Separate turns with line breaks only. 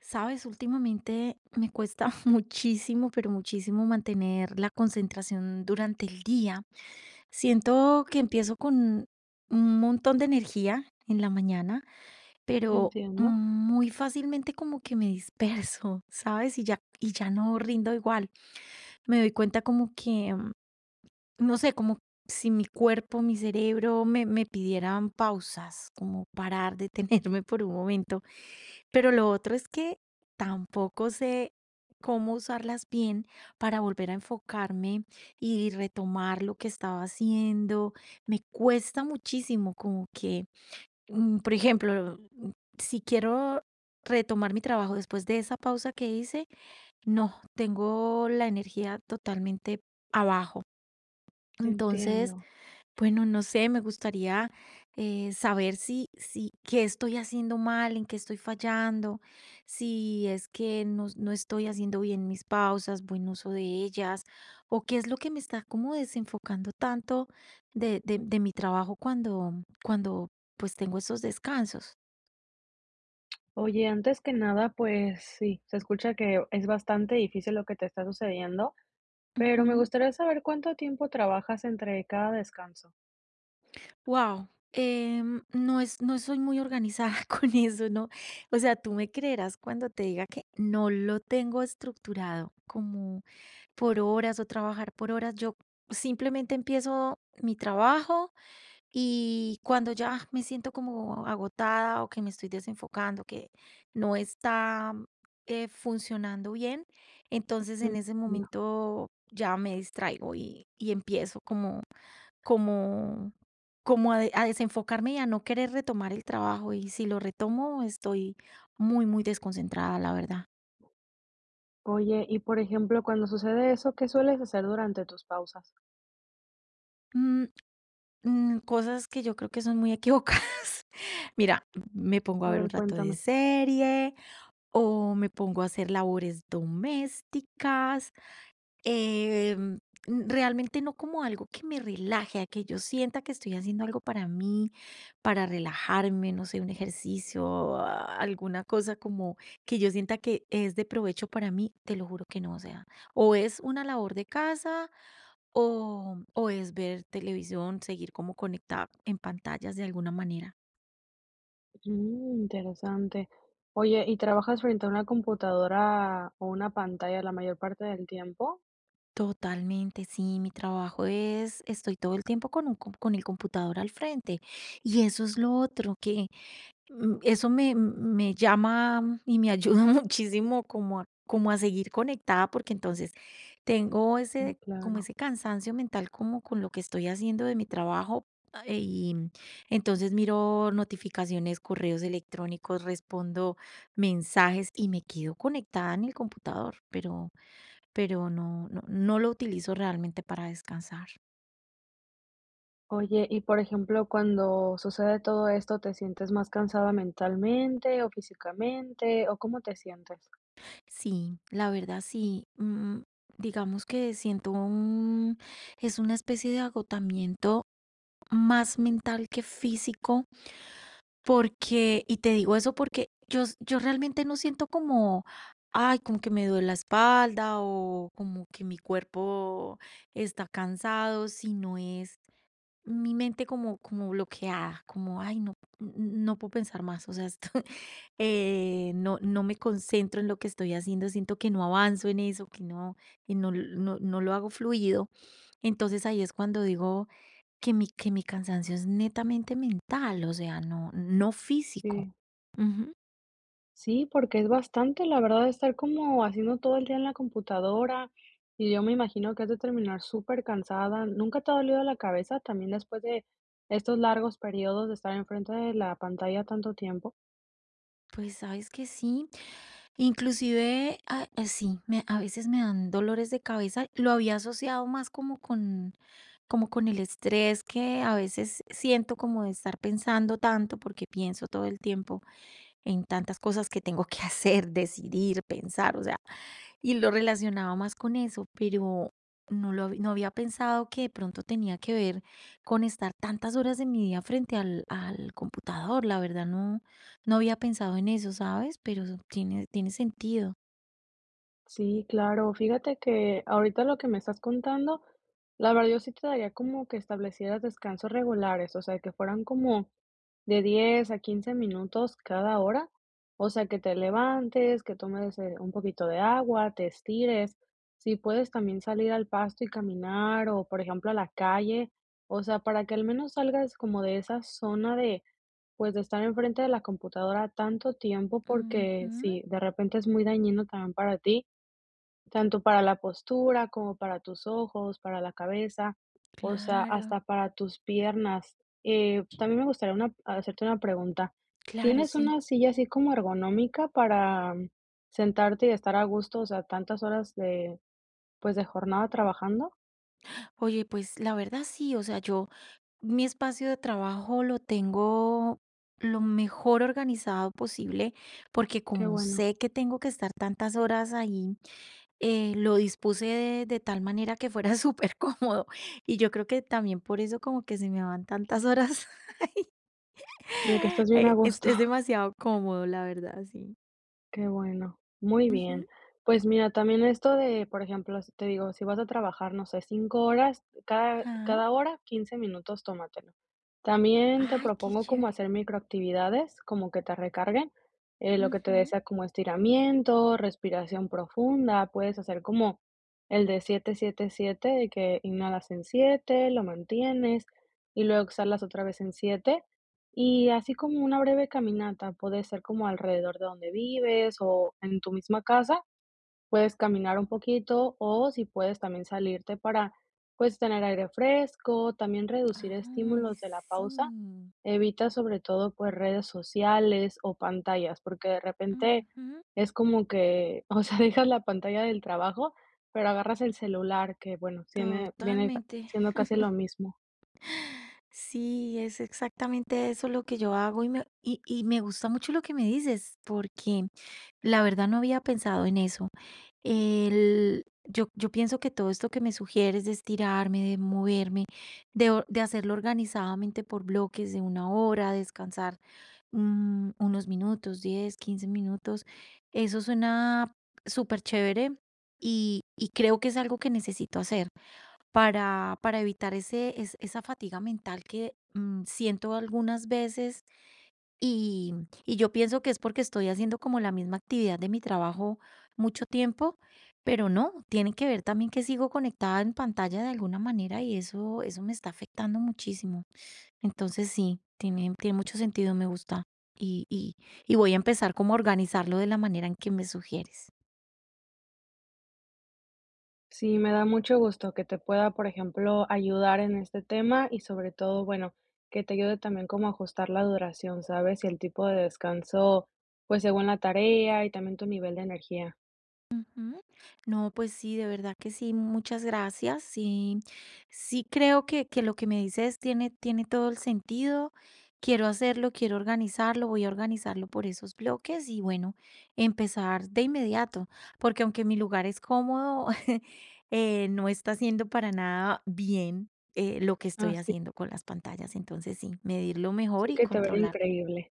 Sabes, últimamente me cuesta muchísimo, pero muchísimo mantener la concentración durante el día. Siento que empiezo con un montón de energía en la mañana, pero
Entiendo,
muy fácilmente como que me disperso, ¿sabes? Y ya no rindo igual. Me doy cuenta como que, no sé, como si mi cuerpo, mi cerebro me pidieran pausas, como parar, detenerme por un momento, pero lo otro es que tampoco sé cómo usarlas bien para volver a enfocarme y retomar lo que estaba haciendo. Me cuesta muchísimo como que, por ejemplo, si quiero retomar mi trabajo después de esa pausa que hice, no, tengo la energía totalmente abajo. Entonces,
entiendo.
bueno, no sé, me gustaría saber si, qué estoy haciendo mal, en qué estoy fallando, si es que no, no estoy haciendo bien mis pausas, buen uso de ellas, o qué es lo que me está como desenfocando tanto de mi trabajo cuando pues tengo esos descansos.
Oye, antes que nada, pues sí, se escucha que es bastante difícil lo que te está sucediendo, pero me
Ujú.
gustaría saber cuánto tiempo trabajas entre cada descanso.
Wow, no soy muy organizada con eso, ¿no? O sea, tú me creerás cuando te diga que no lo tengo estructurado como por horas o trabajar por horas. Yo simplemente empiezo mi trabajo y cuando ya me siento como agotada o que me estoy desenfocando, que no está funcionando bien, entonces en ese
Entiendo.
momento ya me distraigo y empiezo como, como, como a, a desenfocarme y a no querer retomar el trabajo. Y si lo retomo, estoy muy, muy desconcentrada, la verdad.
Oye, y por ejemplo, cuando sucede eso, ¿qué sueles hacer durante tus pausas?
Mm, cosas que yo creo que son muy equivocadas. Mira, me pongo a
A
ver un
ver,
rato de
cuéntame.
serie o me pongo a hacer labores domésticas. em, realmente no como algo que me relaje, a que yo sienta que estoy haciendo algo para mí, para relajarme, no sé, un ejercicio, alguna cosa como que yo sienta que es de provecho para mí, te lo juro que no, o sea, o es una labor de casa o es ver televisión, seguir como conectada en pantallas de alguna manera.
Mm, interesante. Oye, ¿y trabajas frente a una computadora o una pantalla la mayor parte del tiempo?
Totalmente, sí, mi trabajo es, estoy todo el tiempo con el computador al frente. Y eso es lo otro. Eso me llama y me ayuda muchísimo como a como a seguir conectada, porque entonces tengo
Sí,
ese como
claro.
ese cansancio mental como con lo que estoy haciendo de mi trabajo, ah, y entonces miro notificaciones, correos electrónicos, respondo mensajes y me quedo conectada en el computador, pero no lo utilizo realmente para descansar.
Oye, y por ejemplo, cuando sucede todo esto, ¿te sientes más cansada mentalmente o físicamente? ¿O cómo te sientes?
Sí, la verdad sí. Digamos que siento un, es una especie de agotamiento más mental que físico, porque, y te digo eso porque yo, yo realmente no siento como, ay, como que me duele la espalda o como que mi cuerpo está cansado, sino es mi mente como, bloqueada, como, ay, no, n- no puedo pensar más, o sea, esto, no, no me concentro en lo que estoy haciendo, siento que no avanzo en eso, que no, no, no lo hago fluido. Entonces ahí es cuando digo que mi cansancio es netamente mental, o sea, no, no físico.
Sí.
Ujú.
Sí, porque es bastante, la verdad, estar como haciendo todo el día en la computadora. Y yo me imagino que has de terminar súper cansada. ¿Nunca te ha dolido la cabeza también después de estos largos periodos de estar enfrente de la pantalla tanto tiempo?
Pues sabes que sí. Inclusive, a sí, me a veces me dan dolores de cabeza. Lo había asociado más como con el estrés que a veces siento como de estar pensando tanto, porque pienso todo el tiempo en tantas cosas que tengo que hacer, decidir, pensar, o sea, y lo relacionaba más con eso, pero no había pensado que de pronto tenía que ver con estar tantas horas de mi día frente al computador. La verdad no había pensado en eso, ¿sabes? Pero tiene sentido.
Sí, claro. Fíjate que ahorita lo que me estás contando, la verdad yo sí te daría como que establecieras descansos regulares, o sea, que fueran como de 10 a 15 minutos cada hora, o sea, que te levantes, que tomes un poquito de agua, te estires, si puedes también salir al pasto y caminar o, por ejemplo, a la calle, o sea, para que al menos salgas como de esa zona de, pues, de estar enfrente de la computadora tanto tiempo, porque
Ujú.
sí, de repente es muy dañino también para ti. Tanto para la postura, como para tus ojos, para la cabeza, o sea,
Claro,
hasta para tus piernas. También me gustaría una hacerte una pregunta,
claro,
¿tienes
sí.
una silla así como ergonómica para sentarte y estar a gusto, o sea, tantas horas de, pues, de jornada trabajando?
Oye, pues la verdad sí, o sea, yo mi espacio de trabajo lo tengo lo mejor organizado posible, porque
Qué
como
bueno,
sé que tengo que estar tantas horas ahí. Lo dispuse de tal manera que fuera súper cómodo. Y yo creo que también por eso como que se me van tantas horas.
de que estás bien a
Es,
gusto.
es demasiado cómodo, la verdad, sí.
Qué bueno, muy bien.
Ujú.
Pues mira, también esto de, por ejemplo, te digo, si vas a trabajar, no sé, 5 horas, cada,
Ajá.
cada hora, 15 minutos, tómatelo. También te
Ay, qué
propongo como
chévere.
hacer microactividades, como que te recarguen, lo que te
Ujú.
desea como estiramiento, respiración profunda, puedes hacer como el de 7-7-7, de que inhalas en 7, lo mantienes y luego exhalas otra vez en 7. Y así como una breve caminata, puede ser como alrededor de donde vives o en tu misma casa, puedes caminar un poquito o si puedes también salirte para pues tener aire fresco, también reducir
Ay,
estímulos de la
sí.
pausa. Evita sobre todo pues redes sociales o pantallas, porque de repente
Ujú.
es como que, o sea, dejas la pantalla del trabajo, pero agarras el celular, que bueno, tiene, viene
Totalmente.
siendo casi lo mismo.
Sí, es exactamente eso lo que yo hago y me gusta mucho lo que me dices, porque la verdad no había pensado en eso. Yo pienso que todo esto que me sugieres de estirarme, de moverme, de, de hacerlo organizadamente por bloques de 1 hora, descansar unos minutos, 10, 15 minutos, eso suena súper chévere y creo que es algo que necesito hacer para evitar ese, esa fatiga mental que siento algunas veces y, y yo pienso que es porque estoy haciendo como la misma actividad de mi trabajo mucho tiempo, pero no, tiene que ver también que sigo conectada en pantalla de alguna manera y eso me está afectando muchísimo. Entonces sí, tiene mucho sentido, me gusta. Y, y, y voy a empezar como a organizarlo de la manera en que me sugieres.
Sí, me da mucho gusto que te pueda, por ejemplo, ayudar en este tema y sobre todo, bueno, que te ayude también como a ajustar la duración, ¿sabes? Y el tipo de descanso, pues según la tarea y también tu nivel de energía.
Ujú. No, pues sí, de verdad que sí, muchas gracias. Sí, sí creo que lo que me dices tiene, tiene todo el sentido. Quiero hacerlo, quiero organizarlo, voy a organizarlo por esos bloques y bueno, empezar de inmediato, porque aunque mi lugar es cómodo, no está haciendo para nada bien lo que
Ah,
estoy
sí,
haciendo con las pantallas. Entonces sí, medirlo mejor
sé
y
que te va a ir
controlar
increíble.